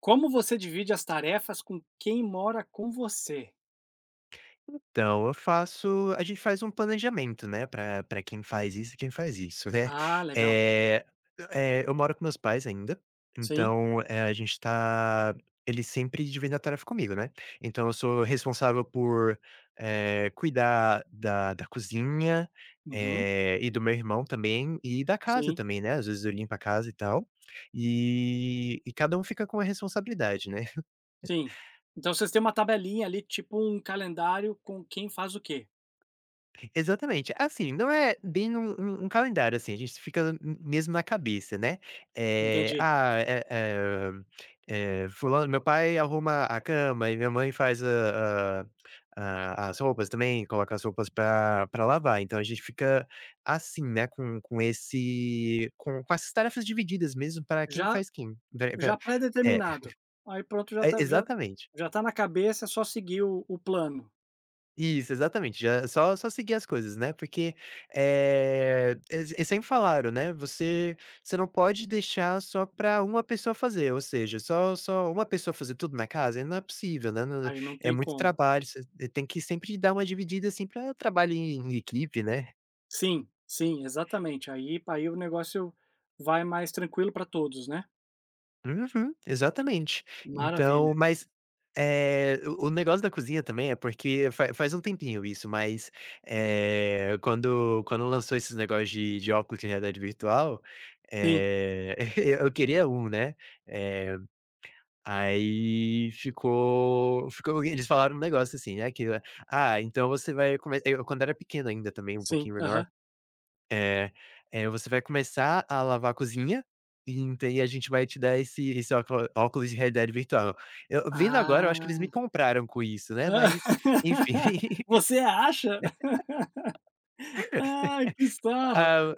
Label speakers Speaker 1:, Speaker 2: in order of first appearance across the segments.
Speaker 1: Como você divide as tarefas com quem mora com você?
Speaker 2: Então, eu faço a gente faz um planejamento, né, pra quem faz isso e quem faz isso, né.
Speaker 1: Ah, legal.
Speaker 2: É, eu moro com meus pais ainda,
Speaker 1: Sim.
Speaker 2: então, a gente tá eles sempre dividem a tarefa comigo, né. Então eu sou responsável por, cuidar da cozinha,
Speaker 1: Uhum.
Speaker 2: e do meu irmão também, e da casa
Speaker 1: Sim,
Speaker 2: também, né, às vezes eu limpo a casa e tal, e cada um fica com a responsabilidade, né.
Speaker 1: sim. Então vocês têm uma tabelinha ali, tipo um calendário com quem faz o quê.
Speaker 2: Exatamente. Assim, não é bem um calendário, assim, a gente fica m mesmo na cabeça, né.
Speaker 1: Entendi.
Speaker 2: Ah, fulano meu pai arruma a cama e minha mãe faz a as roupas também, coloca as roupas para lavar, então a gente fica assim, né, com esse com essas tarefas divididas mesmo para quem
Speaker 1: Já
Speaker 2: faz quem.
Speaker 1: já
Speaker 2: É,
Speaker 1: pré-determinado. Aí pronto, já
Speaker 2: é,
Speaker 1: tá já
Speaker 2: exatamente.
Speaker 1: já tá na cabeça, é só seguir o plano.
Speaker 2: Isso, exatamente, já só seguir as coisas, né, porque, eles sempre falaram, né, você não pode deixar só para uma pessoa fazer, ou seja, só uma pessoa fazer tudo na casa, não é possível, né, não
Speaker 1: Aí não
Speaker 2: é
Speaker 1: tem
Speaker 2: muito
Speaker 1: como.
Speaker 2: trabalho, você tem que sempre dar uma dividida, assim, para trabalho em equipe, né.
Speaker 1: Sim, sim, exatamente. Aí o negócio vai mais tranquilo para todos, né.
Speaker 2: Uhum, exatamente. Então,
Speaker 1: Maravilha.
Speaker 2: mas, o negócio da cozinha também é porque fa faz um tempinho isso, mas, quando lançou esses negócios de óculos de realidade virtual,
Speaker 1: Sim,
Speaker 2: eh, eu queria um, né, eh, aí ficou eles falaram um negócio assim, né, que: "Ah, então você vai come" eu quando era pequeno ainda também, um
Speaker 1: sim.
Speaker 2: pouquinho menor
Speaker 1: Aham.
Speaker 2: é, você vai começar a lavar a cozinha, e ent e a gente vai te dar esse óculos de realidade virtual. Eu vindo agora, eu acho que eles
Speaker 1: Ah.
Speaker 2: me compraram com isso, né, mas enfim.
Speaker 1: Você acha? Ai, que sarro.
Speaker 2: Ah,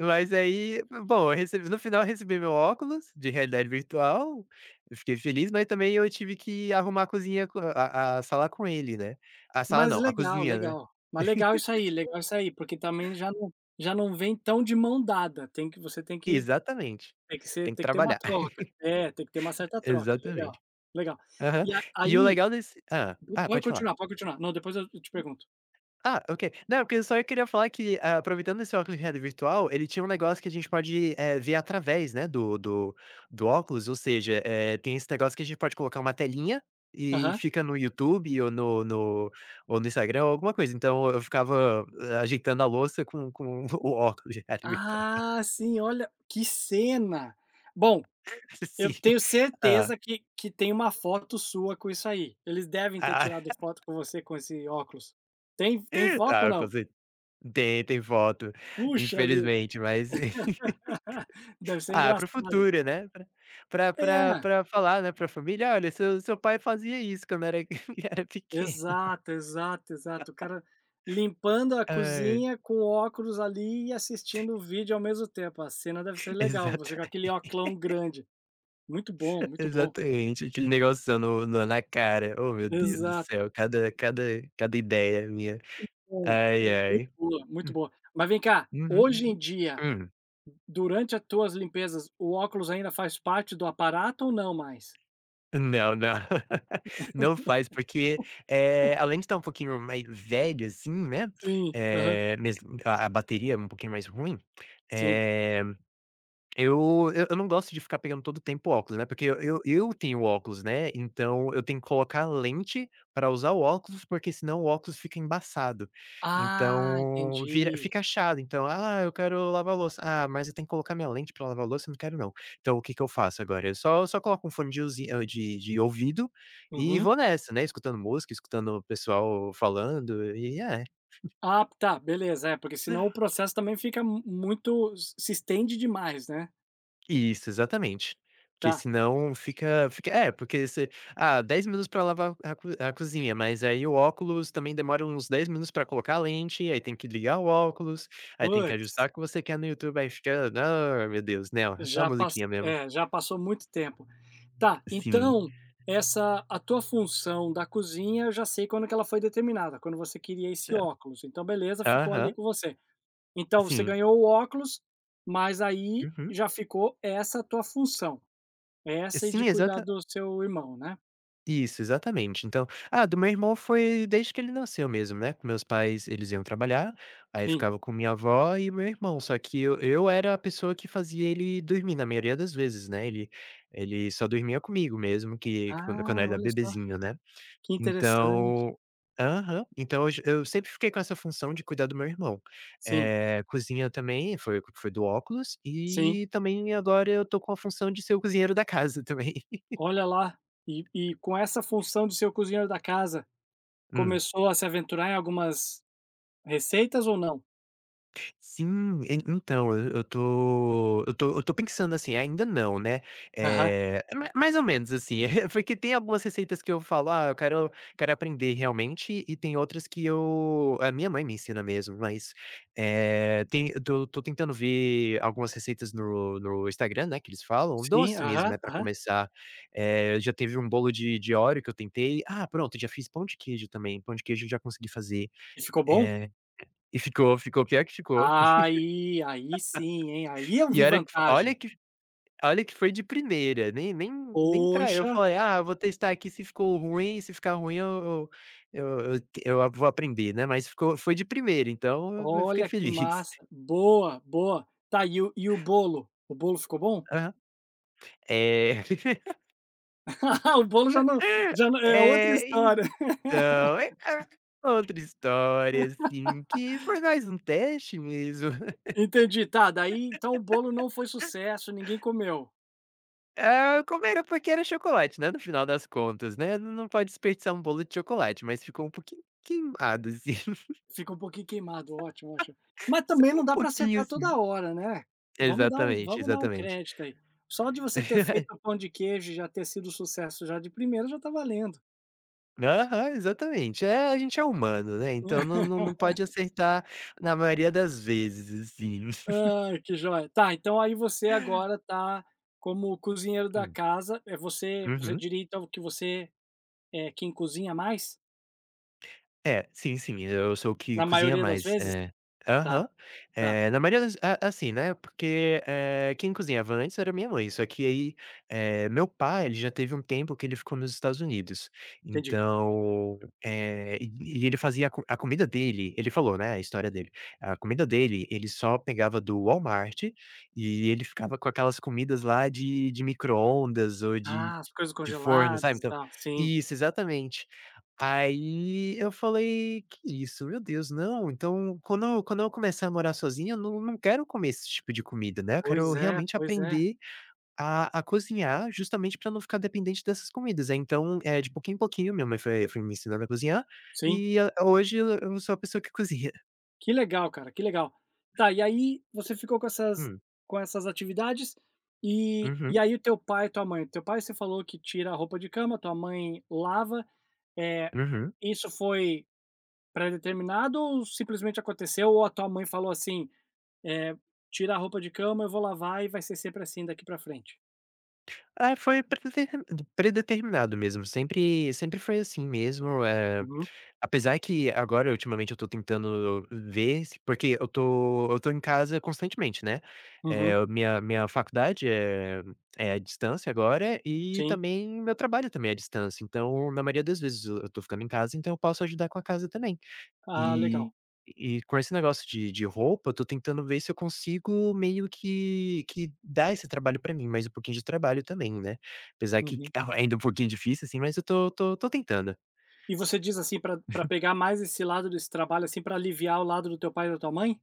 Speaker 2: mas aí, bom, eu recebi no final eu recebi meu óculos de realidade virtual, eu fiquei feliz, mas também eu tive que arrumar a cozinha co a sala com ele, né. A sala
Speaker 1: Mas
Speaker 2: não, a
Speaker 1: legal,
Speaker 2: cozinha, né.
Speaker 1: legal. Mas legal isso aí, porque também já não vem tão de mão dada, tem que você tem que
Speaker 2: Exatamente.
Speaker 1: tem que ser
Speaker 2: Tem que
Speaker 1: tem que ter uma
Speaker 2: trabalhar.
Speaker 1: troca. É, tem que ter uma certa troca, legal,
Speaker 2: Exatamente.
Speaker 1: legal.
Speaker 2: Aham.
Speaker 1: E a
Speaker 2: E o
Speaker 1: aí
Speaker 2: legal desse hã. Ah,
Speaker 1: pode
Speaker 2: pode falar.
Speaker 1: continuar, pode continuar. Não, depois eu te pergunto.
Speaker 2: Ah, ok. Não, é porque eu só queria falar que, ah, aproveitando esse óculos de realidade virtual, ele tinha um negócio que a gente pode ver através, né, do óculos, ou seja, tem esse negócio que a gente pode colocar uma telinha e
Speaker 1: Aham.
Speaker 2: fica no YouTube ou ou no Instagram ou alguma coisa. Então eu ficava ajeitando a louça com o óculos de realidade virtual.
Speaker 1: Ah, sim, olha, que cena. Bom. Eu
Speaker 2: Sim.
Speaker 1: tenho
Speaker 2: Ah,
Speaker 1: certeza que tem uma foto sua com isso aí. Eles devem ter
Speaker 2: ah,
Speaker 1: tirado foto com você com esse óculos. Tem foto ou
Speaker 2: ah, com
Speaker 1: não?
Speaker 2: certeza. Tem foto,
Speaker 1: Puxa vida,
Speaker 2: infelizmente, mas
Speaker 1: deve ser
Speaker 2: Ah, para o
Speaker 1: engraçado.
Speaker 2: futuro, né, Para para para
Speaker 1: É,
Speaker 2: pra falar, né, para a família: "Olha, seu pai fazia isso quando era era pequeno".
Speaker 1: exato, exato, exato. O cara limpando a
Speaker 2: Ai,
Speaker 1: cozinha com óculos ali e assistindo o vídeo ao mesmo tempo. A cena deve ser legal, você
Speaker 2: exatamente,
Speaker 1: com aquele oclão grande. Muito bom, muito bom.
Speaker 2: exatamente, aquele negocinho no no na cara. Oh, meu Deus do
Speaker 1: Exato.
Speaker 2: céu, cada ideia minha.
Speaker 1: Pô, é.
Speaker 2: Ai,
Speaker 1: Muito
Speaker 2: ai.
Speaker 1: boa, muito
Speaker 2: Hum,
Speaker 1: boa. Mas vem cá,
Speaker 2: uhum,
Speaker 1: hoje em dia.
Speaker 2: hum.
Speaker 1: Durante as tuas limpezas, o óculos ainda faz parte do aparato ou não mais?
Speaker 2: Não, não. Não faz, porque, é além de estar um pouquinho mais velho, assim, né,
Speaker 1: Sim, aham,
Speaker 2: é mesmo a bateria é um pouquinho mais ruim,
Speaker 1: sim.
Speaker 2: eh eu não gosto de ficar pegando todo o tempo óculos, né, porque eu tenho óculos, né, então eu tenho que colocar lente para usar o óculos, porque senão o óculos fica embaçado.
Speaker 1: Ah,
Speaker 2: Então vira
Speaker 1: entendi.
Speaker 2: fica chato, então: "Ah, eu quero lavar a louça". "Ah, mas eu tenho que colocar minha lente para lavar a louça, eu não quero não". Então o que que eu faço agora? Eu só coloco um fone de de ouvido e
Speaker 1: Uhum.
Speaker 2: vou nessa, né, escutando música, escutando o pessoal falando e é.
Speaker 1: Ah, tá, beleza, é, porque senão o processo também fica mu muito, se estende demais, né.
Speaker 2: Isso, exatamente. Porque
Speaker 1: Tá,
Speaker 2: senão fica é, porque você ah, 10 minutos para lavar a co a cozinha, mas aí o óculos também demora uns 10 minutos para colocar a lente, aí tem que ligar o óculos, aí tem que ajustar
Speaker 1: putz,
Speaker 2: o que você quer no YouTube, aí fica ah, meu Deus, né, só a
Speaker 1: já pass
Speaker 2: musiquinha mesmo.
Speaker 1: é, já passou muito tempo. Tá,
Speaker 2: Sim.
Speaker 1: então, essa a tua função da cozinha, eu já sei quando que ela foi determinada, quando você queria esse
Speaker 2: É,
Speaker 1: óculos, então beleza, ficou ali
Speaker 2: aham,
Speaker 1: com você. Então você
Speaker 2: sim.
Speaker 1: ganhou o óculos, mas aí
Speaker 2: Uhum.
Speaker 1: já ficou essa tua função, essa e
Speaker 2: Sim,
Speaker 1: de cuidar
Speaker 2: exata
Speaker 1: do seu irmão, né?
Speaker 2: Isso, exatamente. Então ah, do meu irmão foi desde que ele nasceu mesmo, né, com meus pais eles iam trabalhar, aí
Speaker 1: Sim.
Speaker 2: ficava com minha avó e meu irmão, só que eu era a pessoa que fazia ele dormir na maioria das vezes, né, ele só dormia comigo mesmo que quando eu
Speaker 1: Ah,
Speaker 2: era
Speaker 1: olha só,
Speaker 2: bebezinho, né.
Speaker 1: que interessante.
Speaker 2: Então aham. Então eu j eu sempre fiquei com essa função de cuidar do meu irmão.
Speaker 1: Sim,
Speaker 2: Cozinha também foi do óculos
Speaker 1: sim.
Speaker 2: e também agora eu tô com a função de ser o cozinheiro da casa também.
Speaker 1: Olha lá, e com essa função de ser o cozinheiro da casa, começou a se aventurar em algumas receitas ou não?
Speaker 2: Sim, en então, eu tô pensando, assim, ainda não, né,
Speaker 1: Aham.
Speaker 2: é ma mais ou menos, assim, porque tem algumas receitas que eu falo: "Ah, eu quero aprender realmente", e tem outras que eu a minha mãe me ensina mesmo, mas, é tem eu tô tentando ver algumas receitas no Instagram, né, que eles falam, um
Speaker 1: Sim,
Speaker 2: doce mesmo,
Speaker 1: aham,
Speaker 2: é para
Speaker 1: aham.
Speaker 2: começar, já teve um bolo de Oreo que eu tentei, ah, pronto, já fiz pão de queijo também, pão de queijo eu já consegui fazer,
Speaker 1: E ficou bom?
Speaker 2: e ficou pior que ficou,
Speaker 1: Aí, aí sim, hein, aí eu
Speaker 2: e
Speaker 1: vi
Speaker 2: olha que olha
Speaker 1: vantagem.
Speaker 2: que Olha que foi de primeira, nem nem nem pra eu
Speaker 1: Poxa.
Speaker 2: falei: "Ah, eu vou testar aqui se ficou ruim, se ficar ruim eu vou aprender, né", mas ficou foi de primeira, então eu fiquei
Speaker 1: Olha que
Speaker 2: feliz.
Speaker 1: massa. Boa, boa. Tá, e o bolo? O bolo ficou bom?
Speaker 2: Aham. É,
Speaker 1: O bolo já não, já não é outra
Speaker 2: eh,
Speaker 1: história.
Speaker 2: então, é outra história, assim, que foi mais um teste mesmo.
Speaker 1: Entendi. Tá, daí então o bolo não foi sucesso, ninguém comeu.
Speaker 2: Ah, como era porque era chocolate, né, no final das contas, né, não pode desperdiçar um bolo de chocolate, mas ficou um pouquinho queimado, assim,
Speaker 1: Fica um pouquinho queimado, ótimo, ótimo. Mas
Speaker 2: só
Speaker 1: também
Speaker 2: um
Speaker 1: não dá para
Speaker 2: pouquinho,
Speaker 1: acertar
Speaker 2: assim.
Speaker 1: toda hora, né. Vamos dar um
Speaker 2: Exatamente,
Speaker 1: vamos dar um
Speaker 2: exatamente.
Speaker 1: crédito aí. Só de você ter feito o pão de queijo e já ter sido sucesso já de primeira, já tá valendo.
Speaker 2: Aham, exatamente. É, a gente é humano, né, então não pode acertar na maioria das vezes, assim.
Speaker 1: Ai, que joia. Tá, então aí você agora tá como cozinheiro da
Speaker 2: Hum,
Speaker 1: casa. É, você
Speaker 2: uhum.
Speaker 1: diria então que você é quem cozinha mais?
Speaker 2: É, sim, sim, eu sou o que
Speaker 1: Na
Speaker 2: cozinha
Speaker 1: maioria das
Speaker 2: mais,
Speaker 1: vezes? Tá,
Speaker 2: aham.
Speaker 1: tá,
Speaker 2: Na maioria das a assim, né, porque, quem cozinhava antes era minha mãe, só que aí, meu pai, ele já teve um tempo que ele ficou nos Estados Unidos,
Speaker 1: entendi.
Speaker 2: então, eh, e e ele fazia a comida dele ele falou, né, a história dele. A comida dele, ele só pegava do Walmart e ele ficava com aquelas comidas lá de micro-ondas ou de
Speaker 1: Ah, as coisas
Speaker 2: de forno, sabe,
Speaker 1: congeladas e
Speaker 2: então
Speaker 1: tal. Sim,
Speaker 2: isso, exatamente. Aí eu falei: "Que isso, meu Deus, não, então quando eu começar a morar sozinho, eu não quero comer esse tipo de comida, né, eu quero
Speaker 1: pois é,
Speaker 2: realmente
Speaker 1: pois é.
Speaker 2: aprender a cozinhar, justamente para não ficar dependente dessas comidas". Aí então, é de pouquinho em pouquinho, minha mãe foi me ensinando a cozinhar,
Speaker 1: Sim,
Speaker 2: e ah, hoje eu sou a pessoa que cozinha.
Speaker 1: que legal, cara, que legal. Tá, e aí você ficou
Speaker 2: Hum.
Speaker 1: com essas atividades, e
Speaker 2: Uhum,
Speaker 1: aí o teu pai e tua mãe teu pai, você falou que tira a roupa de cama, tua mãe lava. É.
Speaker 2: uhum.
Speaker 1: Isso foi pré-determinado ou simplesmente aconteceu, ou a tua mãe falou assim: "Eh, tira a roupa de cama, eu vou lavar e vai ser sempre assim daqui pra frente"?
Speaker 2: Ah, foi predeterminado mesmo, sempre foi assim mesmo,
Speaker 1: Uhum,
Speaker 2: apesar que agora ultimamente eu tô tentando ver se porque eu tô em casa constantemente, né,
Speaker 1: uhum,
Speaker 2: minha faculdade é à distância agora e
Speaker 1: sim.
Speaker 2: também meu trabalho também é à distância, então na maioria das vezes eu tô ficando em casa, então eu posso ajudar com a casa também.
Speaker 1: Ah, legal.
Speaker 2: E e com esse negócio de roupa, eu tô tentando ver se eu consigo meio que dar esse trabalho pra mim, mais um pouquinho de trabalho também, né. Apesar que
Speaker 1: Uhum.
Speaker 2: estava ainda um pouquinho difícil, assim, mas eu tô tentando.
Speaker 1: E você diz, assim, pra pegar mais esse lado desse trabalho, assim, pra aliviar o lado do teu pai e da tua mãe?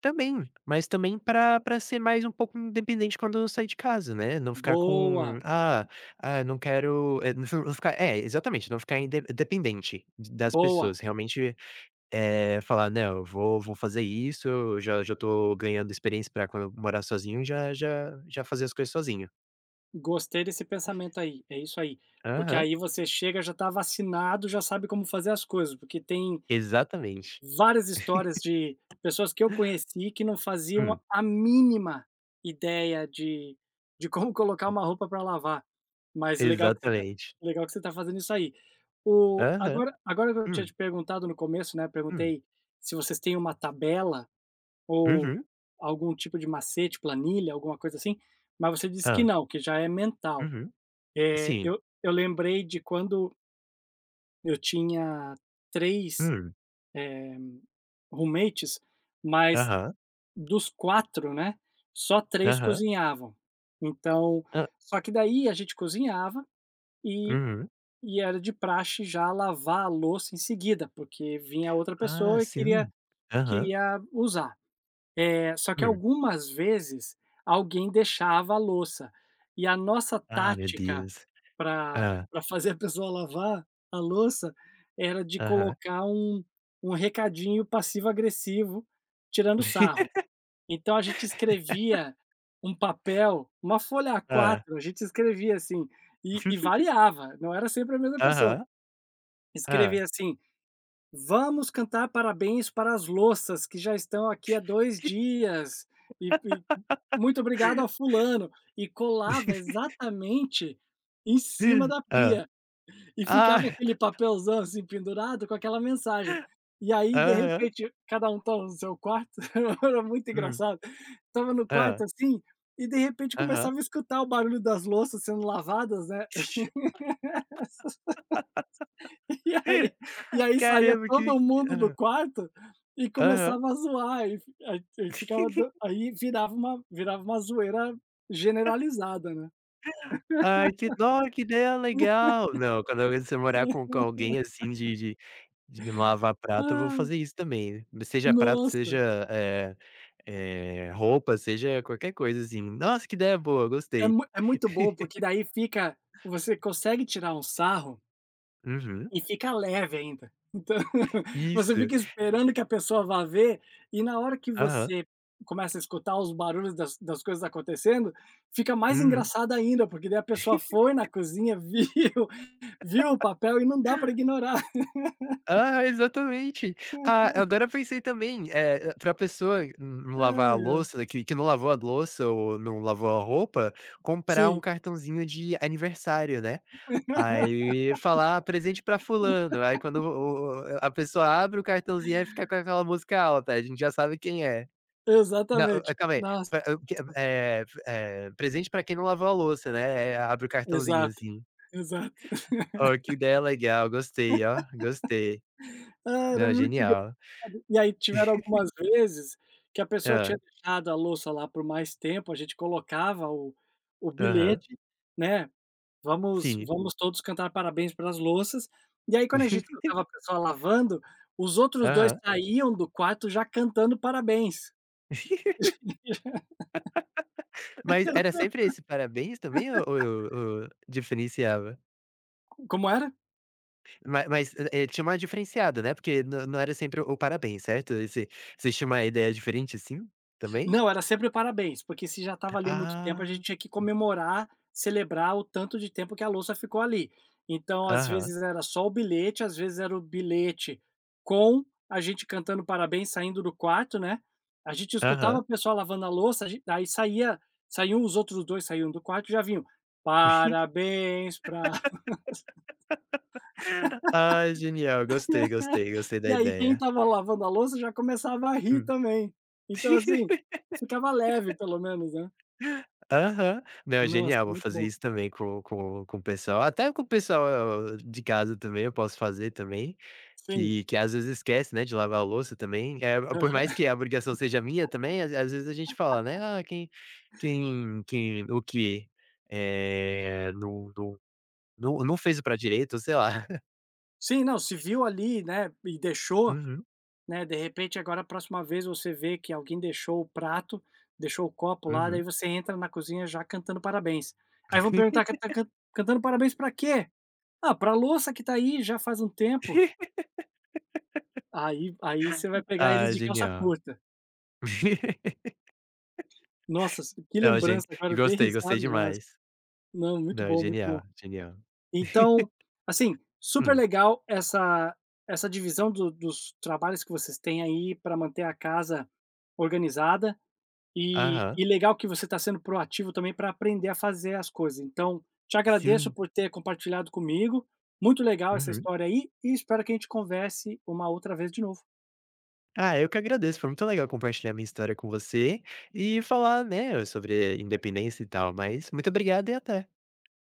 Speaker 2: Também, mas também pra ser mais um pouco independente quando eu sair de casa, né, não ficar com:
Speaker 1: Boa,
Speaker 2: "Ah, ah, não quero", não ficar é, exatamente, não ficar inde dependente das
Speaker 1: boa.
Speaker 2: pessoas, realmente falar: né eu vou fazer isso, eu já tô ganhando experiência pra quando eu morar sozinho, já fazer as coisas sozinho".
Speaker 1: Gostei desse pensamento aí, é isso aí. Porque
Speaker 2: Aham,
Speaker 1: aí você chega, já tá vacinado, já sabe como fazer as coisas, porque tem
Speaker 2: exatamente.
Speaker 1: várias histórias de pessoas que eu conheci que não faziam
Speaker 2: Hum,
Speaker 1: a mínima ideia de como colocar uma roupa para lavar, mas legal que você tá,
Speaker 2: exatamente.
Speaker 1: fazendo isso aí. O
Speaker 2: Aham.
Speaker 1: agora, agora que eu tinha te
Speaker 2: Hum,
Speaker 1: perguntado no começo, né,
Speaker 2: hum.
Speaker 1: perguntei se vocês têm uma tabela ou
Speaker 2: Uhum.
Speaker 1: algum tipo de macete, planilha, alguma coisa assim, mas você disse que
Speaker 2: Hã.
Speaker 1: não, que já é mental.
Speaker 2: Uhum.
Speaker 1: Eh,
Speaker 2: Sim.
Speaker 1: eu lembrei de quando eu tinha três
Speaker 2: Hum.
Speaker 1: roommates, mas
Speaker 2: Aham.
Speaker 1: dos 4, né, só três
Speaker 2: Aham.
Speaker 1: cozinhavam. Então
Speaker 2: Hã.
Speaker 1: só que daí a gente cozinhava e
Speaker 2: Uhum.
Speaker 1: e era de praxe já lavar a louça em seguida, porque vinha outra
Speaker 2: Ah,
Speaker 1: pessoa e queria
Speaker 2: sim. Aham.
Speaker 1: queria usar. É, só que
Speaker 2: Hum.
Speaker 1: algumas vezes alguém deixava a louça, e a nossa
Speaker 2: Ah, meu
Speaker 1: tática
Speaker 2: Deus.
Speaker 1: para
Speaker 2: Hã.
Speaker 1: pra fazer a pessoa lavar a louça era de
Speaker 2: Aham.
Speaker 1: colocar um recadinho passivo agressivo tirando sarro. Então a gente escrevia um papel, uma folha
Speaker 2: Hã.
Speaker 1: A4, a gente escrevia assim, e variava, não era sempre a mesma pessoa.
Speaker 2: Aham. Hã.
Speaker 1: Escrevia assim: "Vamos cantar parabéns para as louças que já estão aqui há 2 dias", e "Muito obrigado
Speaker 2: Hã.
Speaker 1: ao fulano", e colava exatamente em cima da pia, e ficava
Speaker 2: Ah.
Speaker 1: aquele papelzão assim pendurado com aquela mensagem. E aí, de
Speaker 2: Aham.
Speaker 1: repente, cada um estava no seu quarto, era muito
Speaker 2: Hum.
Speaker 1: engraçado. Estava no
Speaker 2: Hã.
Speaker 1: quarto, assim, e de repente
Speaker 2: Aham.
Speaker 1: começava a escutar o barulho das louças sendo lavadas, né, e aí e aí saía
Speaker 2: Caramba, que
Speaker 1: todo
Speaker 2: que
Speaker 1: mundo do
Speaker 2: aham,
Speaker 1: quarto e
Speaker 2: aham.
Speaker 1: começava a zoar, e fi aí aí ficava dan aí virava uma zoeira generalizada, né.
Speaker 2: Ai, que dó, que ideia legal. Não, quando você morar com alguém, assim, de lavar prato, eu vou
Speaker 1: Ah,
Speaker 2: fazer isso também. Seja prato,
Speaker 1: nossa,
Speaker 2: seja, é roupa, seja qualquer coisa, assim. Nossa, que ideia boa,
Speaker 1: é
Speaker 2: gostei.
Speaker 1: mui é muito bom, porque daí fica, você consegue tirar um sarro.
Speaker 2: Uhum.
Speaker 1: E fica leve ainda. Então, você
Speaker 2: Isso.
Speaker 1: fica esperando que a pessoa vá ver, e na hora que
Speaker 2: Aham.
Speaker 1: você começa a escutar os barulhos das das coisas acontecendo, fica mais
Speaker 2: Uhum.
Speaker 1: engraçado ainda, porque daí a pessoa foi na cozinha, viu viu o papel e não dá para ignorar.
Speaker 2: Ah, exatamente. Ah, agora eu pensei também, pra pessoa não lavar a
Speaker 1: Ai, ai.
Speaker 2: louça, que não lavou a louça ou não lavou a roupa, comprar um
Speaker 1: Sim,
Speaker 2: cartãozinho de aniversário, né. Aí falar: "Ah, "Presente pra fulano", aí quando o a pessoa abre o cartãozinho, aí fica com aquela música alta, a gente já sabe quem é. Não,
Speaker 1: exatamente.
Speaker 2: calma aí,
Speaker 1: Nossa,
Speaker 2: pra que presente pra quem não lavou a louça, né, abre o cartãozinho
Speaker 1: exato,
Speaker 2: assim.
Speaker 1: exato.
Speaker 2: Oh, que ideia legal, gostei, ó, gostei.
Speaker 1: Ah, era
Speaker 2: Não,
Speaker 1: muito go
Speaker 2: genial.
Speaker 1: e aí tiveram algumas vezes que a pessoa tinha
Speaker 2: Hã.
Speaker 1: deixado a louça lá por mais tempo, a gente colocava o
Speaker 2: Aham,
Speaker 1: bilhete, né. Vamos,
Speaker 2: sim.
Speaker 1: vamos todos cantar parabéns pelas louças. E aí quando a gente escutava a pessoa lavando, os outros 2
Speaker 2: Aham.
Speaker 1: saíam do quarto já cantando parabéns.
Speaker 2: Mas era sempre esse parabéns também ou ou diferenciava?
Speaker 1: Como era?
Speaker 2: Ma mas, tinha uma diferenciada, né, porque não era sempre o parabéns, certo? Esse Vocês tinham uma ideia diferente, assim, também?
Speaker 1: Não, era sempre parabéns, porque se já estava ali há muito tempo, a gente
Speaker 2: Ah,
Speaker 1: tinha que comemorar, celebrar o tanto de tempo que a louça ficou ali. Então, às
Speaker 2: aham,
Speaker 1: vezes era só o bilhete, às vezes era o bilhete com a gente cantando parabéns saindo do quarto, né. A gente escutava
Speaker 2: aham.
Speaker 1: o pessoal lavando a louça, a gen aí saía saíam os outros 2, saíam do quarto e já vinham: "Parabéns pra"
Speaker 2: Ah, genial, gostei, gostei, gostei da
Speaker 1: E aí quem
Speaker 2: ideia.
Speaker 1: estava lavando a louça já começava a rir
Speaker 2: Hum.
Speaker 1: também. Então, assim, ficava leve pelo menos, né.
Speaker 2: Aham. Não, é
Speaker 1: Nossa,
Speaker 2: genial, vou
Speaker 1: muito
Speaker 2: fazer
Speaker 1: bom.
Speaker 2: isso também com o pessoal, até com o pessoal de casa também eu posso fazer também.
Speaker 1: Sim.
Speaker 2: Que às vezes esquece, né, de lavar a louça também, é por
Speaker 1: É.
Speaker 2: mais que a obrigação seja minha também, às vezes a gente fala, né: "Ah, quem o que, é não fez o prato direito", sei lá.
Speaker 1: Sim, não, se viu ali, né, e deixou,
Speaker 2: Uhum,
Speaker 1: né, de repente agora a próxima vez você vê que alguém deixou o prato, deixou o copo lá, daí
Speaker 2: uhum.
Speaker 1: você entra na cozinha já cantando parabéns. Aí vão perguntar: cantando parabéns pra quê?". "Ah, pra louça que tá aí já faz um tempo". Aí você vai pegar eles
Speaker 2: Ah,
Speaker 1: de calça
Speaker 2: genial.
Speaker 1: curta. Nossa, que
Speaker 2: Não, gen
Speaker 1: lembrança
Speaker 2: e
Speaker 1: agora, eu dei
Speaker 2: gostei, gostei
Speaker 1: risada demais.
Speaker 2: demais.
Speaker 1: Não, muito
Speaker 2: Não,
Speaker 1: bom, muito bom.
Speaker 2: genial, genial.
Speaker 1: Então, assim, super
Speaker 2: Hum.
Speaker 1: legal essa divisão do dos trabalhos que vocês têm aí para manter a casa organizada,
Speaker 2: Aham.
Speaker 1: e legal que você está sendo proativo também para aprender a fazer as coisas. Então, te agradeço
Speaker 2: Sim.
Speaker 1: por ter compartilhado comigo, muito legal essa
Speaker 2: Uhum.
Speaker 1: história aí e espero que a gente converse uma outra vez de novo.
Speaker 2: Ah, eu que agradeço, foi muito legal compartilhar minha história com você e falar, né, sobre independência e tal, mas muito obrigado e até.